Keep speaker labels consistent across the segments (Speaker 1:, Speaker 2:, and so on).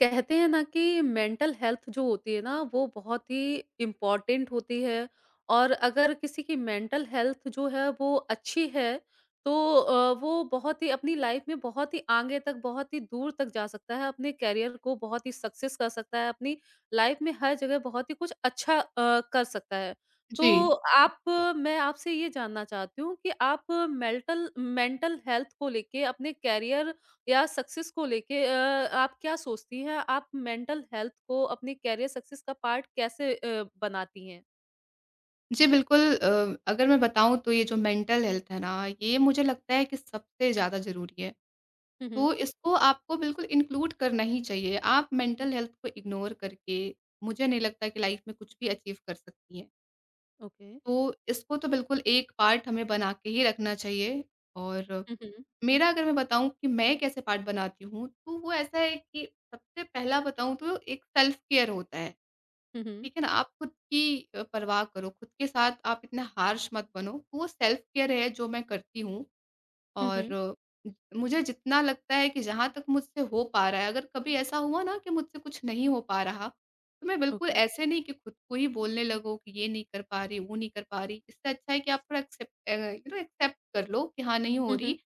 Speaker 1: कहते हैं ना कि मेंटल हेल्थ जो होती है ना वो बहुत ही इम्पोर्टेंट होती है। और अगर किसी की मेंटल हेल्थ जो है वो अच्छी है तो वो बहुत ही अपनी लाइफ में बहुत ही आगे तक बहुत ही दूर तक जा सकता है, अपने कैरियर को बहुत ही सक्सेस कर सकता है, अपनी लाइफ में हर जगह बहुत ही कुछ अच्छा कर सकता है। तो
Speaker 2: जी।
Speaker 1: आप मैं आपसे ये जानना चाहती हूँ कि आप मेंटल मेंटल हेल्थ को लेके अपने कैरियर या सक्सेस को लेके आप क्या सोचती हैं? आप मेंटल हेल्थ को अपने करियर सक्सेस का पार्ट कैसे बनाती हैं?
Speaker 2: जी, बिल्कुल, अगर मैं बताऊँ तो ये जो मेंटल हेल्थ है ना, ये मुझे लगता है कि सबसे ज़्यादा ज़रूरी है।
Speaker 1: हुँ, हुँ।
Speaker 2: तो इसको आपको बिल्कुल इंक्लूड करना ही चाहिए। आप मेंटल हेल्थ को इग्नोर करके मुझे नहीं लगता कि लाइफ़ में कुछ भी अचीव कर सकती हैं।
Speaker 1: ओके।
Speaker 2: तो इसको तो बिल्कुल एक पार्ट हमें बना के ही रखना चाहिए। और
Speaker 1: हुँ, हुँ।
Speaker 2: मेरा अगर मैं बताऊँ कि मैं कैसे पार्ट बनाती हूँ, तो वो ऐसा है कि सबसे पहला बताऊँ तो एक सेल्फ केयर होता है।
Speaker 1: हुँ, हुँ।
Speaker 2: ठीक है ना? आप खुद की परवाह करो, खुद के साथ आप इतना हार्श मत बनो। वो सेल्फ केयर है जो मैं करती हूँ।
Speaker 1: हुँ,
Speaker 2: और
Speaker 1: हुँ।
Speaker 2: मुझे जितना लगता है कि जहाँ तक मुझसे हो पा रहा है, अगर कभी ऐसा हुआ ना कि मुझसे कुछ नहीं हो पा रहा, तो मैं बिल्कुल
Speaker 1: ओके।
Speaker 2: ऐसे नहीं कि खुद को ही बोलने लगो कि ये नहीं कर पा रही, वो नहीं कर पा रही। इससे अच्छा है कि आप थोड़ा एक्सेप्ट, एक्सेप्ट कर लो कि हाँ, नहीं हो
Speaker 1: हुँ, हुँ।
Speaker 2: रही।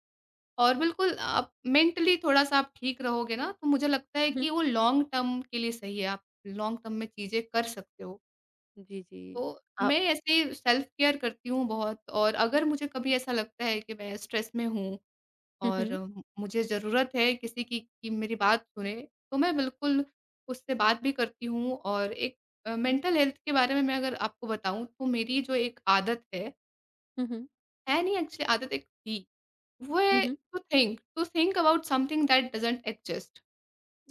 Speaker 2: और बिल्कुल आप मेंटली थोड़ा-सा आप ठीक रहोगे ना, तो मुझे लगता है
Speaker 1: हुँ, हुँ।
Speaker 2: कि वो लॉन्ग टर्म के लिए सही है। आप लॉन्ग टर्म में चीज़ें कर सकते हो।
Speaker 1: जी, जी।
Speaker 2: तो
Speaker 1: आप
Speaker 2: मैं ऐसे सेल्फ केयर करती हूँ बहुत। और अगर मुझे कभी ऐसा लगता है कि मैं स्ट्रेस में हूँ
Speaker 1: हुँ,
Speaker 2: और
Speaker 1: हुँ।
Speaker 2: म मुझे ज़रूरत है किसी की कि मेरी बात सुने, तो मैं बिल्कुल उससे बात भी करती हूँ। और एक मेंटल हेल्थ के बारे में मैं अगर आपको बताऊँ तो मेरी जो एक आदत
Speaker 1: हुँ, हुँ।
Speaker 2: है नहीं, एक्चुअली आदत एक थी, वो
Speaker 1: हुँ,
Speaker 2: है
Speaker 1: हुँ।
Speaker 2: To think about something that doesn't exist.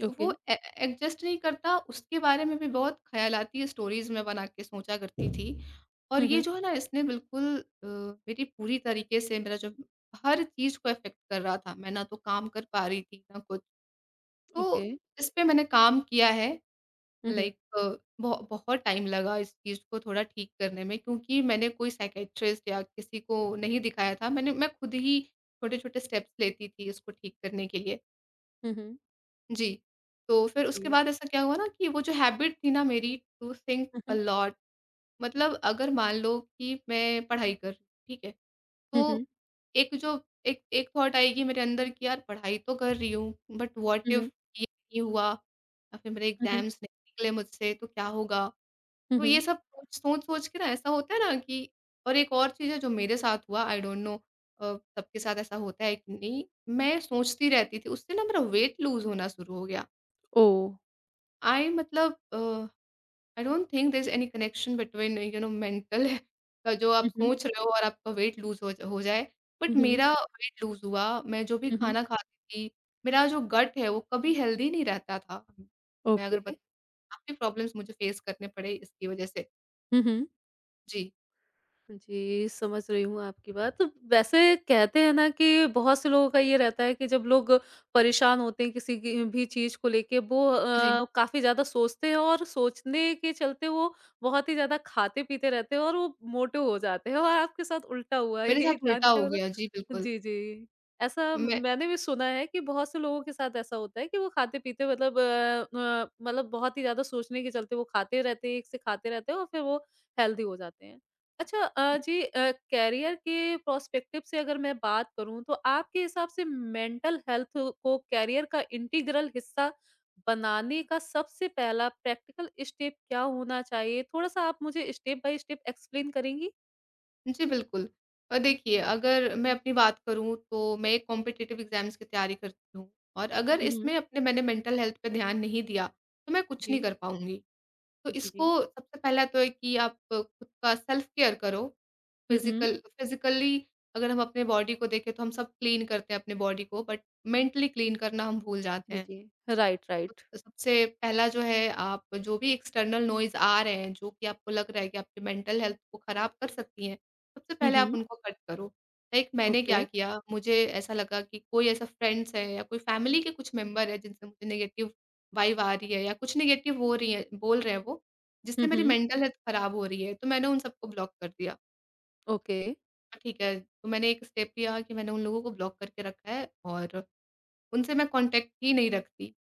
Speaker 1: Okay.
Speaker 2: वो ए एडजस्ट नहीं करता, उसके बारे में भी बहुत ख़यालाती स्टोरीज़ मैं बना के सोचा करती थी। और
Speaker 1: हुँ,
Speaker 2: ये
Speaker 1: हुँ।
Speaker 2: जो है ना, इसने बिल्कुल मेरी पूरी तरीके से मेरा जो हर चीज़ को अफ़ेक्ट कर रहा था। मैं ना तो काम कर पा रही थी, ना कुछ। तो
Speaker 1: ओके।
Speaker 2: इस पे मैंने काम किया है,
Speaker 1: हुँ, हुँ।
Speaker 2: लाइक बहुत टाइम लगा इस चीज़ को थोड़ा ठीक करने में, क्योंकि मैंने कोई साइकियाट्रिस्ट या किसी को नहीं दिखाया था। मैं खुद ही छोटे-छोटे स्टेप्स लेती थी इसको ठीक करने के लिए।
Speaker 1: हुँ, हुँ।
Speaker 2: जी। तो फिर उसके
Speaker 1: जी।
Speaker 2: बाद ऐसा क्या हुआ ना कि वो जो हैबिट थी ना मेरी, टू थिंक
Speaker 1: हुँ,
Speaker 2: अ
Speaker 1: हुँ।
Speaker 2: लॉट। मतलब अगर मान लो कि मैं पढ़ाई कर रही हूँ, ठीक है?
Speaker 1: हुँ, हुँ।
Speaker 2: तो एक जो एक एक थॉट आएगी मेरे अंदर कि यार पढ़ाई तो कर रही हूँ, बट व्हाट
Speaker 1: हुँ, हुँ।
Speaker 2: इफ ये नहीं हुआ या फिर मेरे
Speaker 1: हुँ, हुँ।
Speaker 2: एग्ज़ाम्स नहीं निकले मुझसे तो क्या होगा?
Speaker 1: हुँ,
Speaker 2: तो ये
Speaker 1: हुँ।
Speaker 2: सब सोच सोच-सोच के ना ऐसा होता है ना कि, और एक और चीज़ है जो मेरे साथ हुआ, आई डोंट नो, अ, सबके साथ ऐसा होता है कि नहीं, मैं सोचती रहती थी, उससे ना मेरा वेट लूज़ होना शुरू हो गया।
Speaker 1: ओह!
Speaker 2: I मतलब, I don't think there is any connection between mental का, जो आप
Speaker 1: हुँ, हुँ।
Speaker 2: सोच रहे हो और आपका वेट लूज़ हो जाए।
Speaker 1: हुँ,
Speaker 2: बट
Speaker 1: हुँ।
Speaker 2: मेरा वेट लूज़ हुआ, मैं जो भी
Speaker 1: हुँ, हुँ।
Speaker 2: खाना खाती थी, मेरा जो गट है वो कभी हेल्दी नहीं रहता था। मैं
Speaker 1: ओके।
Speaker 2: अगर बत काफ़ी प्रॉब्लम्स मुझे फेस करने पड़े इसकी वज़ह से।
Speaker 1: हुँ, हुँ।
Speaker 2: जी,
Speaker 1: जी, समझ रही हूँ आपकी बात। तो वैसे कहते हैं ना कि बहुत से लोगों का ये रहता है कि जब लोग परेशान होते हैं किसी की भी चीज़ को लेके, वो
Speaker 2: जी।
Speaker 1: काफ़ी ज़्यादा सोचते हैं और सोचने के चलते वो बहुत ही ज़्यादा खाते-पीते रहते हैं और वो मोटे हो जाते हैं, और आपके साथ उल्टा हुआ है
Speaker 2: मेरे
Speaker 1: ये
Speaker 2: साथ
Speaker 1: जान
Speaker 2: उल्टा
Speaker 1: के
Speaker 2: हो
Speaker 1: मतलब।
Speaker 2: गया। जी, बिल्कुल।
Speaker 1: जी, जी। ऐसा
Speaker 2: मैं
Speaker 1: मैंने भी सुना है कि बहुत से लोगों के साथ ऐसा होता है कि वो खाते-पीते मतलब मतलब बहुत ही ज़्यादा सोचने के चलते वो खाते रहते हैं, एक से खाते रहते हैं और फिर वो हेल्दी हो जाते हैं। अच्छा, जी, कैरियर के प्रोस्पेक्टिव से अगर मैं बात करूँ तो आपके हिसाब से मेंटल हेल्थ को कैरियर का इंटीग्रल हिस्सा बनाने का सबसे पहला प्रैक्टिकल स्टेप क्या होना चाहिए? थोड़ा-सा आप मुझे स्टेप बाय स्टेप एक्सप्लेन करेंगी?
Speaker 2: जी, बिल्कुल। देखिए, अगर मैं अपनी बात करूँ तो मैं कॉम्पिटिटिव एग्ज़ाम्स की तैयारी करती हूँ, और अगर
Speaker 1: हुँ, हुँ।
Speaker 2: इसमें अपने मैंने मेंटल हेल्थ पे ध्यान नहीं दिया, तो मैं कुछ
Speaker 1: जी।
Speaker 2: नहीं कर पाऊँगी। तो
Speaker 1: जी,
Speaker 2: इसको
Speaker 1: जी।
Speaker 2: सबसे पहला तो है कि आप खुद का सेल्फ केयर करो।
Speaker 1: हुँ, हुँ।
Speaker 2: फिज़िकली अगर हम अपने बॉडी को देखें तो हम सब क्लीन करते हैं अपने बॉडी को, बट मेंटली क्लीन करना हम भूल जाते
Speaker 1: जी,
Speaker 2: हैं।
Speaker 1: जी। Right, right.
Speaker 2: तो सबसे पहला जो है, आप जो भी एक्सटर्नल नॉइज़ आ रहे हैं, जो कि आपको लग रहा है कि आपकी मेंटल हेल्थ को ख़राब कर सकती हैं, सबसे
Speaker 1: हुँ,
Speaker 2: पहले आप
Speaker 1: हुँ।
Speaker 2: उनको कट करो। लाइक मैंने
Speaker 1: ओके।
Speaker 2: क्या किया, मुझे ऐसा लगा कि कोई ऐसा फ्रेंड्स है या कोई फैमिली के कुछ मेंबर है जिनसे मुझे नेगेटिव वाइब आ रही है, या कुछ नेगेटिव हो रही है बोल रहे हैं वो,
Speaker 1: हुँ,
Speaker 2: जिससे मेरी
Speaker 1: हुँ।
Speaker 2: मेंटल हेल्थ ख़राब हो रही है, तो मैंने उन सबको ब्लॉक कर दिया।
Speaker 1: ओके,
Speaker 2: हाँ, ठीक है, तो मैंने एक स्टेप लिया कि मैंने उन लोगों को ब्लॉक करके रखा है और उनसे मैं कॉन्टैक्ट ही नहीं रखती।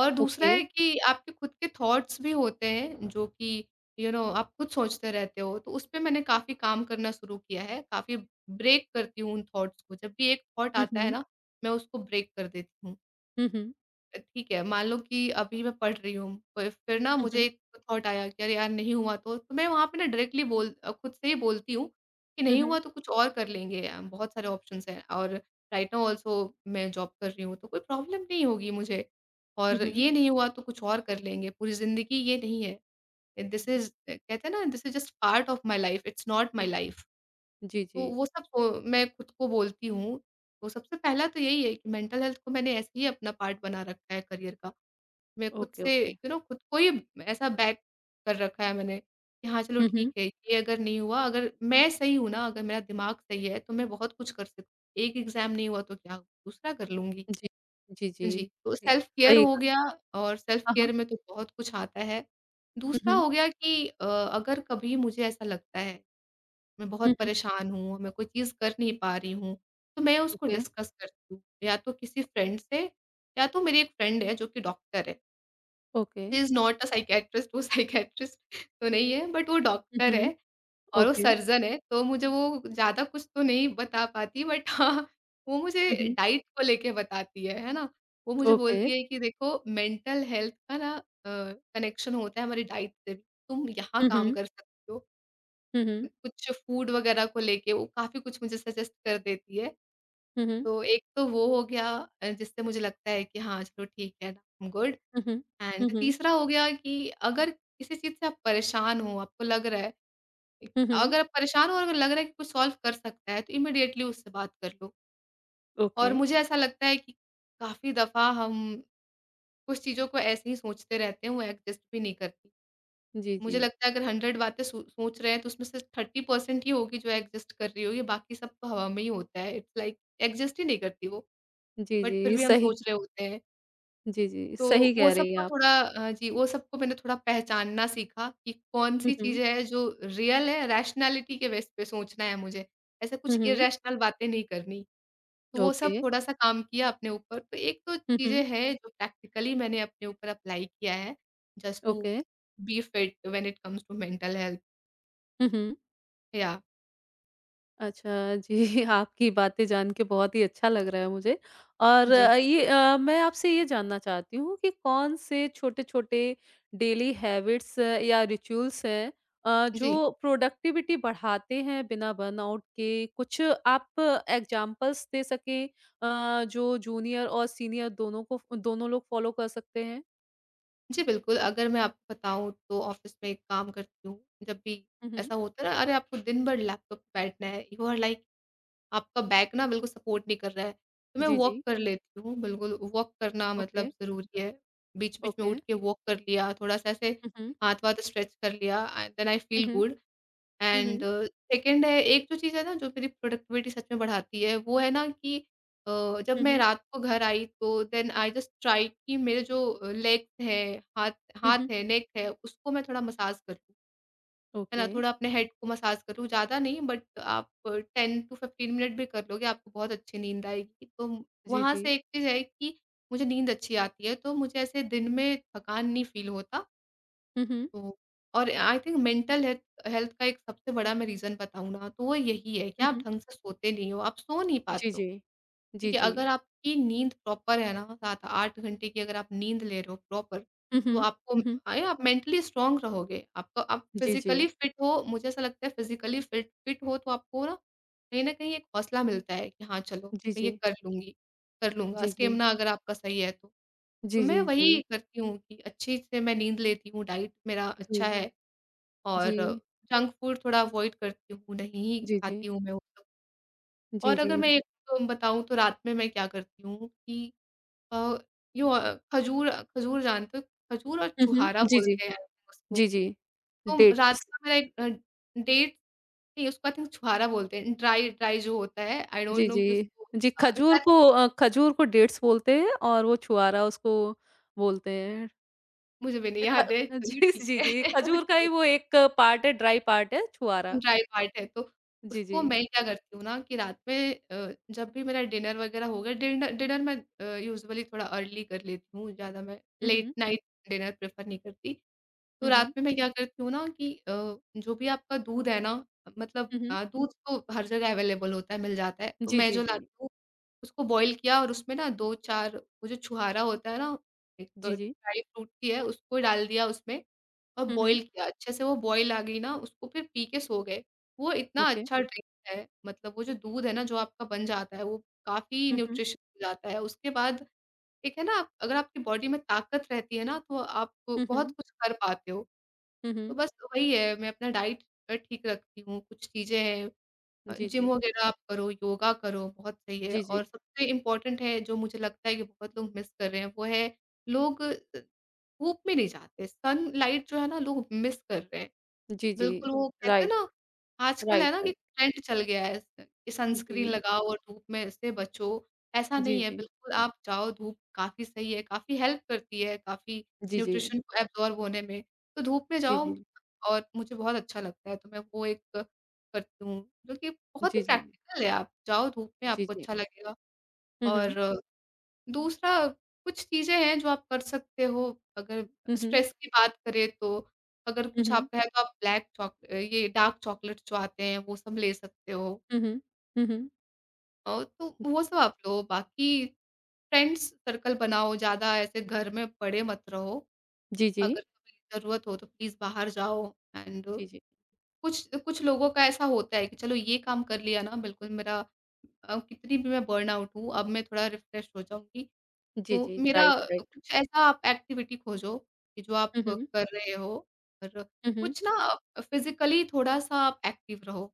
Speaker 2: और दूसरा
Speaker 1: ओके।
Speaker 2: है कि आपके खुद के थॉट्स भी होते हैं, जो कि, आप खुद सोचते रहते हो, तो उस पे मैंने काफ़ी काम करना शुरू किया है, काफ़ी ब्रेक करती हूँ उन थॉट्स को। जब भी एक थॉट
Speaker 1: हुँ,
Speaker 2: आता है
Speaker 1: हुँ।
Speaker 2: ना, मैं उसको ब्रेक कर देती हूँ।
Speaker 1: हुँ, हुँ।
Speaker 2: ठीक है, मान लो कि अभी मैं पढ़ रही हूँ, फ फिर ना
Speaker 1: हुँ,
Speaker 2: मुझे
Speaker 1: हुँ।
Speaker 2: एक थॉट आया कि अरे यार नहीं हुआ तो मैं वहाँ पे ना डायरेक्टली खुद से ही बोलती हूँ कि
Speaker 1: हुँ,
Speaker 2: नहीं
Speaker 1: हुँ।
Speaker 2: हुआ तो कुछ और कर लेंगे, बहुत सारे ऑप्शंस हैं। और राइट नाउ ऑल्सो मैं जॉब कर रही हूँ, तो कोई प्रॉब्लम नहीं होगी मुझे,
Speaker 1: हुँ,
Speaker 2: और
Speaker 1: हुँ।
Speaker 2: ये नहीं हुआ तो कुछ और कर लेंगे, पूरी ज़िंदगी ये नहीं है।
Speaker 1: जी,
Speaker 2: कहते हैं ना, this is just part of my life, it's not my life.
Speaker 1: जी, जी, जी।
Speaker 2: तो वो सब मैं खुद को बोलती हूँ। तो सबसे पहला तो यही है कि मेंटल हेल्थ को मैंने ऐसे ही अपना पार्ट बना रखा है करियर का। मैं खुद
Speaker 1: ओके,
Speaker 2: से,
Speaker 1: ओके।
Speaker 2: खुद को ही ऐसा बैक कर रखा है मैंने कि हाँ, चलो
Speaker 1: हुँ, हुँ।
Speaker 2: ठीक है, ये अगर नहीं हुआ, अगर मैं सही हूँ ना, अगर मेरा दिमाग सही है, तो मैं बहुत कुछ कर सक एक एग्ज़ाम नहीं हुआ तो क्या हुआ, दूसरा कर लूँगी।
Speaker 1: जी, जी,
Speaker 2: हाँ
Speaker 1: जी।
Speaker 2: जी, तो
Speaker 1: सही
Speaker 2: सेल्फ केयर
Speaker 1: सही
Speaker 2: हो
Speaker 1: कहा।
Speaker 2: गया। और सेल्फ
Speaker 1: हाँ, हाँ।
Speaker 2: केयर में तो बहुत कुछ आता है।
Speaker 1: हुँ,
Speaker 2: दूसरा
Speaker 1: हुँ।
Speaker 2: हो गया कि, अगर कभी मुझे ऐसा लगता है, मैं
Speaker 1: हुँ,
Speaker 2: बहुत
Speaker 1: हुँ।
Speaker 2: परेशान हूँ, मैं कोई चीज़ कर नहीं पा रही हूँ, तो मैं उसको
Speaker 1: ओके,
Speaker 2: डिस्कस करती हूँ, या तो किसी फ्रेंड से, या तो मेरी एक फ्रेंड है जो कि डॉक्टर है।
Speaker 1: Okay.
Speaker 2: He is not a psychiatrist, वो साइकियाट्रिस्ट तो नहीं है, बट वो
Speaker 1: हुँ,
Speaker 2: डॉक्टर है
Speaker 1: हुँ।
Speaker 2: और वो
Speaker 1: ओके।
Speaker 2: सर्जन है, तो मुझे वो ज़्यादा कुछ तो नहीं बता पाती, बट हाँ, वो मुझे
Speaker 1: हुँ, हुँ।
Speaker 2: डाइट को लेके बताती है ना? वो मुझे
Speaker 1: ओके।
Speaker 2: बोलती है कि देखो, मेंटल हेल्थ का ना कनेक्शन होता है हमारी डाइट से भी, तुम यहाँ
Speaker 1: हुँ,
Speaker 2: काम
Speaker 1: हुँ।
Speaker 2: कर सकती हो।
Speaker 1: हुँ, हुँ।
Speaker 2: कुछ फूड वगैरह को लेके वो काफ़ी कुछ मुझे सजेस्ट कर देती है।
Speaker 1: हुँ, हुँ।
Speaker 2: तो एक तो वो हो गया, जिससे मुझे लगता है कि हाँ, चलो ठीक है ना, आई एम गुड।
Speaker 1: हुँ, हुँ। हुँ,
Speaker 2: एंड
Speaker 1: हुँ।
Speaker 2: तीसरा हो गया कि, अगर किसी चीज़ से आप परेशान हो, आपको लग रहा है,
Speaker 1: हुँ, हुँ।
Speaker 2: अगर आप परेशान हो और अगर लग रहा है कि कुछ सॉल्व कर सकता है, तो इमीडिएटली उससे बात कर लो।
Speaker 1: ओके।
Speaker 2: और मुझे ऐसा लगता है कि काफ़ी दफ़ा हम कुछ चीज़ों को ऐसे ही सोचते रहते हैं, वो एग्ज़िस्ट भी नहीं करती।
Speaker 1: जी,
Speaker 2: मुझे
Speaker 1: जी।
Speaker 2: लगता है अगर 100 बातें सोच रहे हैं, तो उसमें से 30% ही होगी जो एग्ज़िस्ट कर रही होगी, बाकी सब तो हवा में ही होता है। इट्स लाइक एग्ज़िस्ट ही नहीं करती वो,
Speaker 1: जी,
Speaker 2: बट फिर
Speaker 1: जी।
Speaker 2: भी हम
Speaker 1: सही
Speaker 2: सोच रहे होते हैं।
Speaker 1: जी, जी।
Speaker 2: तो
Speaker 1: सही
Speaker 2: वो
Speaker 1: कह रही हैं
Speaker 2: सबको
Speaker 1: आप।
Speaker 2: थोड़ा जी, वो सबको मैंने थोड़ा पहचानना सीखा कि
Speaker 1: हुँ,
Speaker 2: कौन-सी
Speaker 1: हुँ।
Speaker 2: चीज़ें हैं जो रियल है, रैशनैलिटी के बेस पे सोचना है मुझे। ऐसे
Speaker 1: हुँ,
Speaker 2: कुछ
Speaker 1: हुँ।
Speaker 2: इरैशनल बातें नहीं करनी। तो वो
Speaker 1: ओके।
Speaker 2: सब थोड़ा-सा काम किया अपने ऊपर। तो एक तो
Speaker 1: हुँ,
Speaker 2: चीज़ें
Speaker 1: हुँ।
Speaker 2: हैं जो प्रैक्टिकली मैंने अपने ऊपर अप्लाई किया है, just to
Speaker 1: okay.
Speaker 2: Be fit when it comes to mental health.
Speaker 1: हुँ, हुँ।
Speaker 2: या
Speaker 1: अच्छा, जी। आपकी बातें जान के बहुत ही अच्छा लग रहा है मुझे, और
Speaker 2: जी,
Speaker 1: मैं आपसे ये जानना चाहती हूँ कि कौन से छोटे-छोटे डेली हैबिट्स या रिचुअल्स हैं जो
Speaker 2: जी।
Speaker 1: प्रोडक्टिविटी बढ़ाते हैं बिना बर्नआउट के? कुछ आप एग्ज़ाम्पल्स दे सकें जो जूनियर और सीनियर दोनों को, दोनों लोग फॉलो कर सकते हैं?
Speaker 2: जी, बिल्कुल, अगर मैं आपको बताऊँ तो ऑफ़िस में एक काम करती हूँ, जब भी
Speaker 1: हुँ, हुँ।
Speaker 2: ऐसा होता है ना, "अरे! आपको दिन भर लैपटॉप पे बैठना है।" यू आर लाइक आपका बैक ना बिल्कुल सपोर्ट नहीं कर रहा है। तो मैं
Speaker 1: जी,
Speaker 2: वॉक
Speaker 1: जी।
Speaker 2: कर लेती हूँ, बिल्कुल वॉक करना
Speaker 1: ओके,
Speaker 2: मतलब ज़रूरी है। बीच-बीच में
Speaker 1: ओके।
Speaker 2: उठ के वॉक कर लिया, थोड़ा-सा ऐसे
Speaker 1: हुँ, हुँ।
Speaker 2: हाथ-वाथ स्ट्रेच कर लिया एंड देन आई
Speaker 1: हुँ,
Speaker 2: फील
Speaker 1: हुँ।
Speaker 2: गुड
Speaker 1: हुँ,
Speaker 2: एंड
Speaker 1: हुँ।
Speaker 2: सेकंड है एक जो चीज़ है ना जो मेरी प्रोडक्टिविटी सच में बढ़ाती है, वो है ना कि अ, जब
Speaker 1: हुँ,
Speaker 2: मैं
Speaker 1: हुँ।
Speaker 2: रात को घर आई तो देन आई जस्ट ट्राइड कि मेरे जो लेग्स हैं, हाथ
Speaker 1: हुँ, हुँ।
Speaker 2: हाथ है, नेक है, उसको मैं थोड़ा मसाज कर लूँ। है ना,
Speaker 1: ओके।
Speaker 2: थोड़ा अपने हेड को मसाज करो, ज़्यादा नहीं बट आप 10 टू 15 मिनट भी कर लोगे, आपको बहुत अच्छी नींद आएगी। तो
Speaker 1: जी,
Speaker 2: वहाँ
Speaker 1: जी।
Speaker 2: से एक चीज़ है कि मुझे नींद अच्छी आती है, तो मुझे ऐसे दिन में थकान नहीं फ़ील होता।
Speaker 1: हुँ, हुँ।
Speaker 2: तो और I think mental health health का एक सबसे बड़ा मैं रीज़न बताऊँ ना, तो वो यही है कि
Speaker 1: हुँ,
Speaker 2: आप
Speaker 1: हुँ।
Speaker 2: ढंग से सोते नहीं हो, आप सो नहीं
Speaker 1: जी,
Speaker 2: पाते हो।
Speaker 1: जी। जी,
Speaker 2: ठीक है,
Speaker 1: जी।
Speaker 2: अगर आपकी नींद प्रॉपर है ना 7-8 घंटे की अगर आप नींद ले रहे हो प्रॉपर,
Speaker 1: हुँ,
Speaker 2: तो
Speaker 1: हुँ।
Speaker 2: आपको
Speaker 1: हुँ, हुँ।
Speaker 2: अरे, आप मेंटली स्ट्रॉन्ग रहोगे। आपका आप
Speaker 1: जी, जी।
Speaker 2: फिज़िकली फिट हो मुझे ऐसा लगता है फिज़िकली फिट फिट हो तो आपको ना, कहीं न कहीं एक हौसला मिलता है कि हाँ, चलो
Speaker 1: जी,
Speaker 2: मैं ये
Speaker 1: जी।
Speaker 2: कर लूँगी कर लूँगा।
Speaker 1: जी, जी।
Speaker 2: स्टेमिना अगर आपका सही है तो। तो
Speaker 1: जी,
Speaker 2: मैं
Speaker 1: जी, जी।
Speaker 2: वही करती हूँ कि अच्छे से मैं नींद लेती हूँ, डाइट मेरा
Speaker 1: जी,
Speaker 2: अच्छा
Speaker 1: जी।
Speaker 2: है और
Speaker 1: जी।
Speaker 2: जंक फूड थोड़ा अवॉइड करती हूँ, नहीं ही
Speaker 1: जी, जी।
Speaker 2: खाती हूँ मैं वो सब।
Speaker 1: जी,
Speaker 2: और अगर
Speaker 1: जी।
Speaker 2: मैं एक बताऊँ तो रात में मैं क्या करती हूँ कि अ, यो अ, खजूर खजूर जानते हो? खजूर और
Speaker 1: हुँ,
Speaker 2: छुहारा
Speaker 1: हुँ।
Speaker 2: हुँ।
Speaker 1: जी, जी।
Speaker 2: बोलते हैं उसको।
Speaker 1: जी, जी।
Speaker 2: तो रात
Speaker 1: डेट्स।
Speaker 2: का मेरा एक डेट नहीं उसको आई थिंक छुहारा बोलते हैं, ड्राई ड्राई जो होता है, आई डोंट
Speaker 1: जी,
Speaker 2: नो कि
Speaker 1: जी।
Speaker 2: उसको
Speaker 1: जी, खजूर
Speaker 2: शायद
Speaker 1: को खजूर को डेट्स बोलते हैं और वो छुआरा उसको बोलते हैं।
Speaker 2: मुझे भी नहीं
Speaker 1: अ, ख
Speaker 2: याद है, चलिए
Speaker 1: जी,
Speaker 2: ठीक
Speaker 1: जी, जी।
Speaker 2: है।
Speaker 1: खजूर का ही वो एक पार्ट है, ड्राई पार्ट है छुआरा।
Speaker 2: ड्राई पार्ट है तो
Speaker 1: जी, जी।
Speaker 2: उसको मैं क्या करती हूँ ना कि रात में जब भी मेरा डिनर वगैरह हो गया डिनर डिनर मैं यूजुअली थोड़ा अर्ली कर लेती हूँ, ज़्यादा मैं
Speaker 1: हुँ,
Speaker 2: लेट
Speaker 1: हुँ।
Speaker 2: नाइट डिनर प्रेफ़र नहीं करती। तो
Speaker 1: हुँ, हुँ।
Speaker 2: रात में मैं क्या करती हूँ ना कि जो भी आपका दूध है ना मतलब
Speaker 1: हुँ, हुँ।
Speaker 2: दूध तो हर जगह अवेलेबल होता है, मिल जाता है। तो
Speaker 1: जी,
Speaker 2: मैं
Speaker 1: जी,
Speaker 2: जो
Speaker 1: जी।
Speaker 2: लाती हूँ उसको बॉयल किया और उसमें ना 2-4 वो जो छुहारा होता है ना, एक
Speaker 1: जी, जी।
Speaker 2: ड्राई फ्रूट की है उसको डाल दिया उसमें और
Speaker 1: हुँ, हुँ।
Speaker 2: बॉयल किया। अच्छे से वो बॉयल आ गई ना उसको फिर पी के सो गए। वो इतना
Speaker 1: ओके।
Speaker 2: अच्छा ड्रिंक है मतलब वो जो दूध है ना जो आपका बन जाता है वो काफ़ी
Speaker 1: हुँ, हुँ।
Speaker 2: न्यूट्रिशन हो जाता है। उसके बाद एक है ना आप- अगर आपकी बॉडी में ताकत रहती है ना तो आप
Speaker 1: हुँ,
Speaker 2: बहुत
Speaker 1: हुँ।
Speaker 2: कुछ कर पाते हो।
Speaker 1: हुँ,
Speaker 2: तो
Speaker 1: हुँ।
Speaker 2: बस वही है, मैं अपना डाइट ठीक रखती हूँ, कुछ चीज़ें हैं
Speaker 1: जी, जी।
Speaker 2: जिम वगैरह आप करो, योगा करो, बहुत सही है
Speaker 1: जी,
Speaker 2: और
Speaker 1: जी।
Speaker 2: सबसे इम्पोर्टेंट है जो मुझे लगता है कि बहुत लोग मिस कर रहे हैं, वो है लोग धूप में नहीं जाते, सनलाइट जो है ना लोग मिस कर रहे हैं।
Speaker 1: जी, जी।
Speaker 2: बिल्कुल, वो कहते हैं
Speaker 1: राइट,
Speaker 2: ना, आजकल
Speaker 1: राइट,
Speaker 2: है ना कि
Speaker 1: राइट।
Speaker 2: ट्रेंड चल गया है स कि सनस्क्रीन
Speaker 1: जी।
Speaker 2: लगाओ और धूप में से बचो। ऐसा
Speaker 1: जी,
Speaker 2: नहीं है,
Speaker 1: जी।
Speaker 2: बिल्कुल आप जाओ धूप काफ़ी सही है, काफ़ी हेल्प करती है, काफ़ी
Speaker 1: जी, जी।
Speaker 2: न्यूट्रिशन को एब्ज़ॉर्ब होने में। तो धूप में
Speaker 1: जी,
Speaker 2: जाओ
Speaker 1: जी।
Speaker 2: और मुझे बहुत अच्छा लगता है, तो मैं वो एक करती हूँ, जो कि बहुत
Speaker 1: जी,
Speaker 2: ही
Speaker 1: जी।
Speaker 2: प्रैक्टिकल है। आप जाओ धूप में,
Speaker 1: जी,
Speaker 2: आपको
Speaker 1: जी।
Speaker 2: अच्छा लगेगा
Speaker 1: हुँ,
Speaker 2: और
Speaker 1: हुँ।
Speaker 2: दूसरा, कुछ चीज़ें हैं जो आप कर सकते हो, अगर
Speaker 1: हुँ, हुँ।
Speaker 2: स्ट्रेस की बात करें तो, अगर
Speaker 1: हुँ,
Speaker 2: कुछ
Speaker 1: हुँ।
Speaker 2: आपका है तो आप ब्लैक चॉक ये डार्क चॉकलेट जो आते हैं, वो सब ले सकते हो।
Speaker 1: हुँ, हुँ। हुँ, हुँ।
Speaker 2: और तो वो सब आप लो, बाकी फ्रेंड्स सर्कल बनाओ, ज़्यादा ऐसे घर में पड़े मत रहो।
Speaker 1: जी, जी।
Speaker 2: अगर कभी ज़रूरत हो तो प्लीज़ बाहर जाओ एंड
Speaker 1: जी, जी।
Speaker 2: कुछ कुछ लोगों का ऐसा होता है कि चलो ये काम कर लिया ना, बिल्कुल मेरा कितनी भी मैं बर्नआउट हूँ, अब मैं थोड़ा रिफ्रेश हो जाऊँगी।
Speaker 1: जी,
Speaker 2: तो
Speaker 1: जी।
Speaker 2: मेरा
Speaker 1: राइट, राइट।
Speaker 2: कुछ ऐसा आप एक्टिविटी खोजो, कि जो आप
Speaker 1: हुँ, हुँ।
Speaker 2: कर रहे हो और
Speaker 1: हुँ, हुँ।
Speaker 2: कुछ ना फ़िज़िकली थोड़ा-सा आप एक्टिव रहो।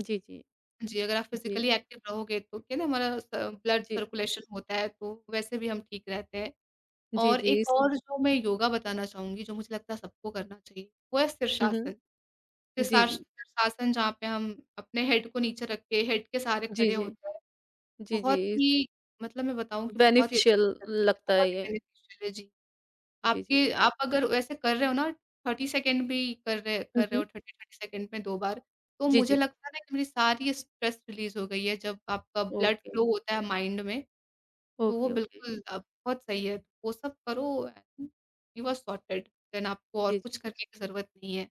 Speaker 1: जी, जी।
Speaker 2: जी, अगर आप
Speaker 1: जी।
Speaker 2: फ़िज़िकली एक्टिव रहोगे तो क्या ना हमारा स ब्लड
Speaker 1: जी।
Speaker 2: सर्कुलेशन होता है तो वैसे भी हम ठीक रहते हैं।
Speaker 1: जी,
Speaker 2: और
Speaker 1: जी।
Speaker 2: एक
Speaker 1: इस
Speaker 2: और जो मैं योगा बताना चाहूँगी जो मुझे लगता है सबको करना चाहिए, वो है
Speaker 1: हुँ,
Speaker 2: शीर्षासन।
Speaker 1: हुँ। जी, जी।
Speaker 2: शीर्षासन जहाँ पे हम अपने हेड को नीचे रख के हेड के सहारे
Speaker 1: जी,
Speaker 2: खड़े
Speaker 1: जी।
Speaker 2: होते हैं।
Speaker 1: जी, जी।
Speaker 2: बहुत ही मतलब मैं बताऊँ कि बहुत ही
Speaker 1: बेनिफिशियल
Speaker 2: अच्छा exercise है,
Speaker 1: लगता है
Speaker 2: बहुत ही
Speaker 1: ये।
Speaker 2: बेनिफिशियल है। जी।
Speaker 1: जी,
Speaker 2: आपके
Speaker 1: जी।
Speaker 2: आप अगर वैसे कर रहे हो ना 30 सेकंड भी कर रहे
Speaker 1: हुँ,
Speaker 2: कर रहे
Speaker 1: हुँ।
Speaker 2: हो 30-30 सेकंड में 2 बार, तो
Speaker 1: जी,
Speaker 2: मुझे
Speaker 1: जी।
Speaker 2: लगता है ना कि मेरी सारी स्ट्रेस रिलीज़ हो गई है। जब आपका ब्लड
Speaker 1: ओके।
Speaker 2: फ्लो होता है माइंड में, तो वो
Speaker 1: ओके, ओके।
Speaker 2: बिल्कुल बहुत सही है। वो सब करो and you are sorted then आपको और
Speaker 1: जी,
Speaker 2: कुछ
Speaker 1: जी।
Speaker 2: करने की ज़रूरत नहीं है।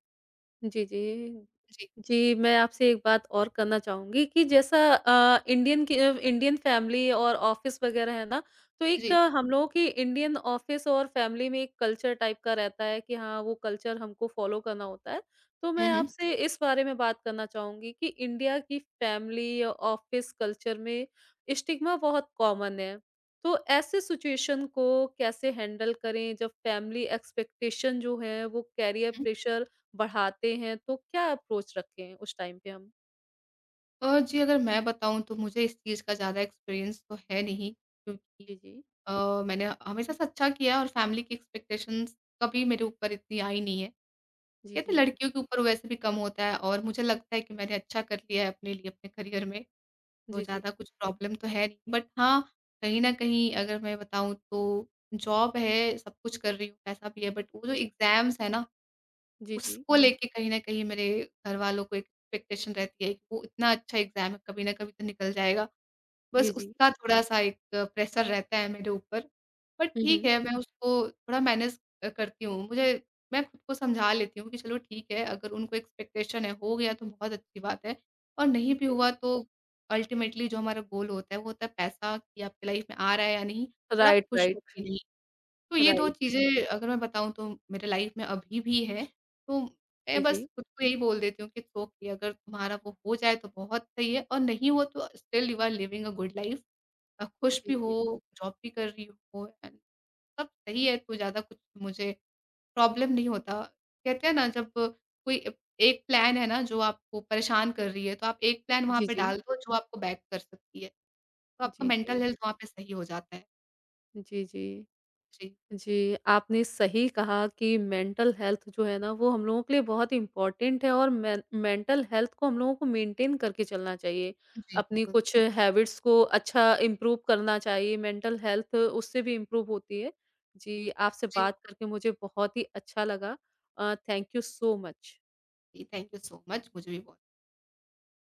Speaker 1: जी, जी।
Speaker 2: जी,
Speaker 1: जी, मैं आपसे एक बात और करना चाहूँगी कि जैसा इंडियन फैमिली और ऑफ़िस वग़ैरह है ना, तो
Speaker 2: जी।
Speaker 1: हम लोगों की इंडियन ऑफ़िस और फैमिली में एक कल्चर टाइप का रहता है कि हाँ, वो कल्चर हमको फ़ॉलो करना होता है। तो
Speaker 2: हुँ,
Speaker 1: मैं
Speaker 2: हुँ,
Speaker 1: आपसे इस बारे में बात करना चाहूँगी कि इंडिया की फैमिली, ऑफ़िस कल्चर में स्टिग्मा बहुत कॉमन है। तो ऐसे सिचुएशन को कैसे हैंडल करें जब फैमिली एक्सपेक्टेशन जो है वो करियर
Speaker 2: हुँ।
Speaker 1: प्रेशर बढ़ाते हैं, तो क्या अप्रोच रखें उस टाइम पे हम?
Speaker 2: जी अगर मैं बताऊँ तो मुझे इस चीज़ का ज़्यादा एक्सपीरियंस तो है नहीं क्योंकि
Speaker 1: जी, जी।
Speaker 2: अ, मैंने हमेशा से अच्छा किया और फैमिली की एक्सपेक्टेशंस कभी मेरे ऊपर इतनी आई नहीं है।
Speaker 1: जी,
Speaker 2: कहते
Speaker 1: जी।
Speaker 2: हैं, लड़कियों के ऊपर वैसे भी कम होता है और मुझे लगता है कि मैंने अच्छा कर लिया है अपने लिए अपने करियर में, तो
Speaker 1: जी, जी।
Speaker 2: ज़्यादा कुछ प्रॉब्लम तो है नहीं। बट हाँ, कहीं न कहीं अगर मैं बताऊँ तो जॉब है, सब कुछ कर रही हूँ, पैसा भी है बट वो जो एग्ज़ाम्स है ना,
Speaker 1: जी, जी।
Speaker 2: उसको हुँ। लेके कहीं न कहीं मेरे घर वालों को एक एक्सपेक्टेशन रहती है कि वो इतना अच्छा एग्ज़ाम है, कभी न कभी तो निकल जाएगा। बस
Speaker 1: जी, जी।
Speaker 2: उसका थोड़ा-सा एक प्रेशर रहता है मेरे ऊपर। पर
Speaker 1: हुँ,
Speaker 2: ठीक
Speaker 1: हुँ।
Speaker 2: है, मैं उसको थोड़ा मैनेज करती हूँ। मुझे मैं खुद को समझा लेती हूँ कि चलो ठीक है, अगर उनको एक्सपेक्टेशन है, हो गया तो बहुत अच्छी बात है और नहीं भी
Speaker 1: ओके।
Speaker 2: हुआ तो अल्टीमेटली जो हमारा गोल होता है, वो होता है पैसा कि आपकी लाइफ में आ रहा है या नहीं और आप
Speaker 1: राइट,
Speaker 2: खुश
Speaker 1: राइट,
Speaker 2: हो कि नहीं। तो ये 2
Speaker 1: राइट।
Speaker 2: चीज़ें अगर मैं बताऊँ तो मेरे लाइफ में अभी भी है। तो
Speaker 1: जी,
Speaker 2: मैं बस
Speaker 1: जी।
Speaker 2: खुद को यही बोल देती हूँ कि इट्स ओके अगर तुम्हारा वो हो जाए तो बहुत सही है और नहीं हुआ तो still you are living a good life. खुश
Speaker 1: जी,
Speaker 2: भी हो,
Speaker 1: जी।
Speaker 2: जॉब भी कर रही हो एंड सब सही है तो ज़्यादा कुछ मुझे प्रॉब्लम नहीं होता। कहते हैं ना जब कोई ए एक प्लान है ना जो आपको परेशान कर रही है तो आप एक प्लान वहाँ
Speaker 1: जी,
Speaker 2: पे
Speaker 1: जी।
Speaker 2: डाल दो जो आपको बैक कर सकती है। तो आपका
Speaker 1: जी, जी।
Speaker 2: मेंटल हेल्थ वहाँ पे सही हो जाता है।
Speaker 1: जी, जी।
Speaker 2: जी।
Speaker 1: जी, आपने सही कहा कि मेंटल हेल्थ जो है ना, वो हम लोगों के लिए बहुत इम्पोर्टेंट है, और मेंटल हेल्थ को हम लोगों को मेंटेन करके चलना चाहिए।
Speaker 2: जी,
Speaker 1: अपनी
Speaker 2: बिल्कुल।
Speaker 1: कुछ हैबिट्स को अच्छा इम्प्रूव करना चाहिए, मेंटल हेल्थ उससे भी इम्प्रूव होती है। जी, आपसे
Speaker 2: जी।
Speaker 1: बात करके मुझे बहुत ही अच्छा लगा। Thank you so much.
Speaker 2: जी, थैंक यू सो मच। मुझे भी बहुत